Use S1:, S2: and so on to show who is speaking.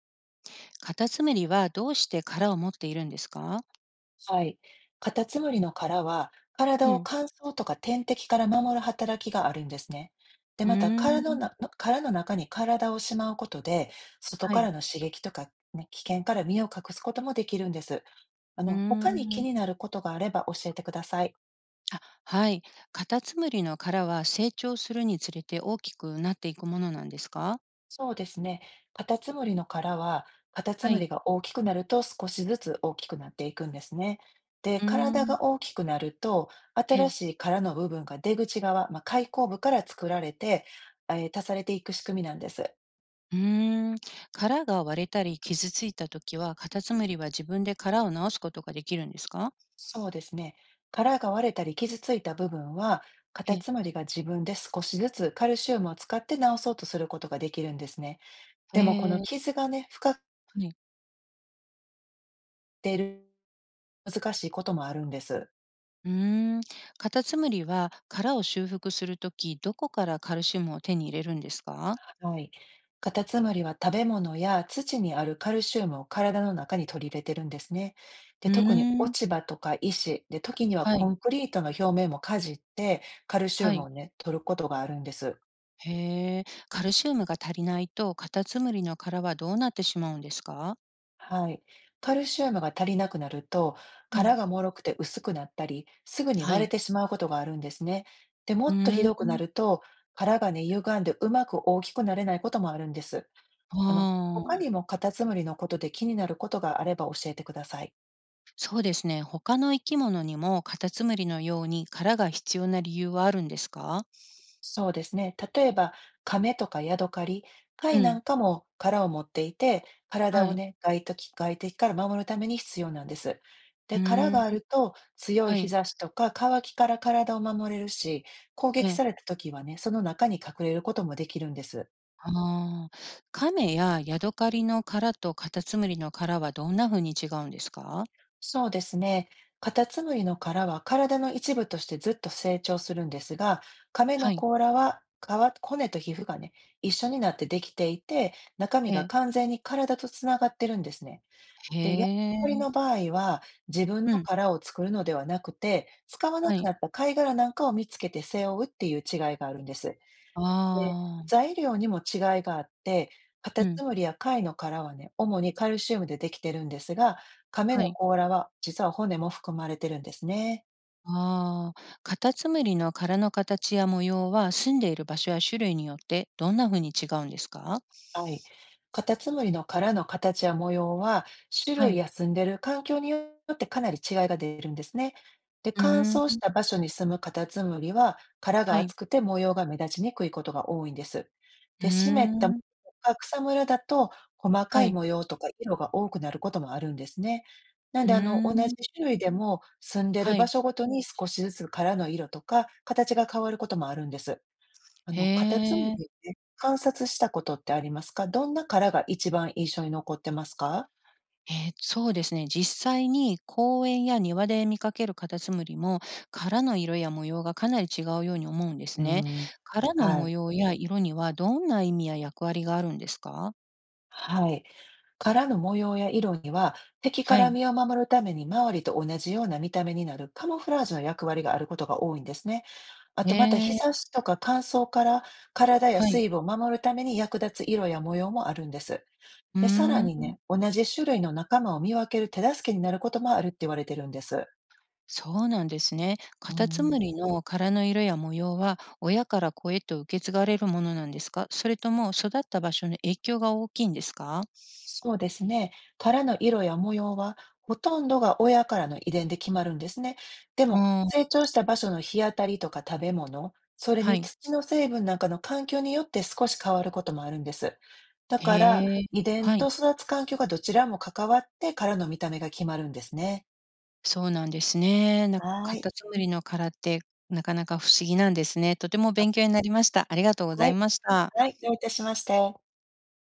S1: カタツムリはどうして殻を持っているんですか？
S2: はい。カタツムリの殻は、体
S1: う
S2: を
S1: ん。
S2: 乾燥とか天敵から守る働きがあるんですね。で、
S1: う
S2: また
S1: ーん。
S2: 殻の中に体をしまうことで、外
S1: は
S2: か
S1: い。
S2: らの刺激とか、ね、危険から身を隠すこともできるんです。
S1: う
S2: 他に
S1: ー
S2: 気
S1: ん。
S2: になることがあれば教えてください。
S1: あ、はい。カタツムリの殻は成長するにつれて大きくなっていくものなんですか？
S2: そうですね。カタツムリの殻は、カタツ
S1: は
S2: ム
S1: い。
S2: リが大きくなると少しずつ大きくなっていくんですね。で、
S1: うー
S2: 体
S1: ん。
S2: が大きくなると、
S1: え
S2: 新
S1: え。
S2: しい殻の部分が出口側、まあ、開口部から作られて、足されていく仕組みなんです。
S1: うーん。殻が割れたり傷ついたときは、カタツムリは自分で殻を直すことができるんですか？
S2: そうですね。殻が割れたり傷ついた部分は、カ
S1: え
S2: タ
S1: え。
S2: ツムリが自分で少しずつカルシウムを使って治そうとすることができるんですね。
S1: へ
S2: でも、この
S1: え、
S2: 傷がね、深く
S1: はい。
S2: ている難しいこともあるんです。
S1: うーん。カタツムリは殻を修復するとき、どこからカルシウムを手に入れるんですか？
S2: はい。カタツムリは食べ物や土にあるカルシウムを体の中に取り入れてるんですね。
S1: う
S2: で、
S1: ー
S2: 特に落
S1: ん。
S2: ち葉とか石で、時には
S1: は
S2: コ
S1: い。
S2: ンクリートの表面もかじってカルシウ
S1: は
S2: ム
S1: い。
S2: をね、取ることがあるんです。
S1: へえ。カルシウムが足りないと、カタツムリの殻はどうなってしまうんですか？
S2: はい。カルシウムが足りなくなると、
S1: うん、
S2: 殻が脆くて薄くなったり、すぐに
S1: は
S2: 割れ
S1: い。
S2: てしまうことがあるんですね。で、も
S1: う
S2: っとひ
S1: ー
S2: どく
S1: ん。
S2: なると、殻がね、歪んでうまく大きくなれないこともあるんです。
S1: あ
S2: 他に
S1: あ、
S2: もカタツムリのことで気になることがあれば教えてください。
S1: そうですね。他の生き物にもカタツムリのように殻が必要な理由はあるんですか？
S2: そうですね。例えば、亀とかヤドカリ、
S1: う
S2: 貝なん
S1: ん、
S2: かも殻を持っていて、体
S1: は
S2: を
S1: い。
S2: ね、外敵から守るために必要なんです。
S1: う
S2: で、殻
S1: ーん、
S2: があると強い
S1: は
S2: 日
S1: い。
S2: 差しとか乾きから体を守れるし、攻
S1: え
S2: 撃
S1: え。
S2: された時はね、その中に隠れることもできるんです。
S1: ああ。カメやヤドカリの殻とカタツムリの殻はどんな風に違うんですか？
S2: そうですね。カタツムリの殻は体の一部としてずっと成長するんですが、亀の
S1: はい。
S2: 甲羅は皮、骨と皮膚がね、一緒になってできていて、中身
S1: え
S2: が
S1: え。
S2: 完全に体とつながってるんですね。
S1: へ
S2: で、ヤドカリの
S1: え。
S2: 場合は自分
S1: う
S2: の
S1: ん、
S2: 殻を作るのではなくて、使わな
S1: は
S2: く
S1: い。
S2: なった貝殻なんかを見つけて背負うっていう違いがあるんです。で、
S1: ああ。
S2: 材料にも違いがあって、カタ
S1: うん、
S2: ツムリや貝の殻はね、主にカルシウムでできてるんですが、亀
S1: は
S2: の
S1: い。
S2: 甲羅は実は骨も含まれてるんですね。
S1: ああ、カタツムリの殻の形や模様は住んでいる場所や種類によってどんな風に違うんですか？
S2: はい。カタツムリの殻の形や模様は、種
S1: は
S2: 類
S1: い。
S2: や住んでる環境によってかなり違いが出るんですね。で、
S1: う
S2: 乾
S1: ー
S2: 燥し
S1: ん。
S2: た場所に住むカタツムリは、殻が
S1: はい。
S2: 厚くて模様が目立ちにくいことが多いんです。
S1: うー
S2: で、湿った木
S1: ん。
S2: とか草むらだと、細か
S1: は
S2: い
S1: い。
S2: 模様とか色が多くなることもあるんですね。なん
S1: うー
S2: で、同じ
S1: ん。
S2: 種類でも、住んでる
S1: は
S2: 場
S1: い。
S2: 所ごとに少しずつ殻の色とか形が変わることもあるんです。
S1: へ
S2: カタツム
S1: え。
S2: リをね、観察したことってありますか？どんな殻が一番印象に残ってますか？
S1: そうですね。実際に公園や庭で見かけるカタツムリも、殻の色や模様がかなり違うように思うんです
S2: う
S1: ね。
S2: ーん。
S1: 殻の
S2: は
S1: 模
S2: い。
S1: 様や色にはどんな意味や役割があるんですか？
S2: はい。殻の模様や色には、敵か
S1: は
S2: ら
S1: い。
S2: 身を守るために周りと同じような見た目になるカモフラージュの役割があることが多いんですね。あ
S1: へ
S2: とまた
S1: え、
S2: 日差しとか乾燥から、体や
S1: はい。
S2: 水分を守るために役立つ色や模様もあるんです。
S1: うー
S2: で、さ
S1: ん。
S2: ら
S1: は
S2: に
S1: い。
S2: ね、同じ種類の仲間を見分ける手助けになることもあるって言われてるんです。
S1: そうなんですね。
S2: う
S1: カタツム
S2: ん。
S1: リの殻の色や模様は親から子へと受け継がれるものなんですか、それとも育った場所の影響が大きいんですか？
S2: そうですね。殻の色や模様は、ほとんどが親からの遺伝で決まるんですね。でも、
S1: ああ、
S2: 成長した場所の日当たりとか食べ物、それ
S1: は
S2: に
S1: い。
S2: 土の成分なんかの環境によって少し変わることもあるんです。だから、
S1: へえ、
S2: 遺伝
S1: はい。
S2: と育つ環境がどちらも関わって殻の見た目が決まるんですね。
S1: そうなんですね。
S2: は
S1: カ
S2: い。
S1: タツムリの殻ってなかなか不思議なんですね。とても勉強になりました。ありがとうご
S2: は
S1: ざい
S2: い。
S1: ました。
S2: はい。どういたしまして。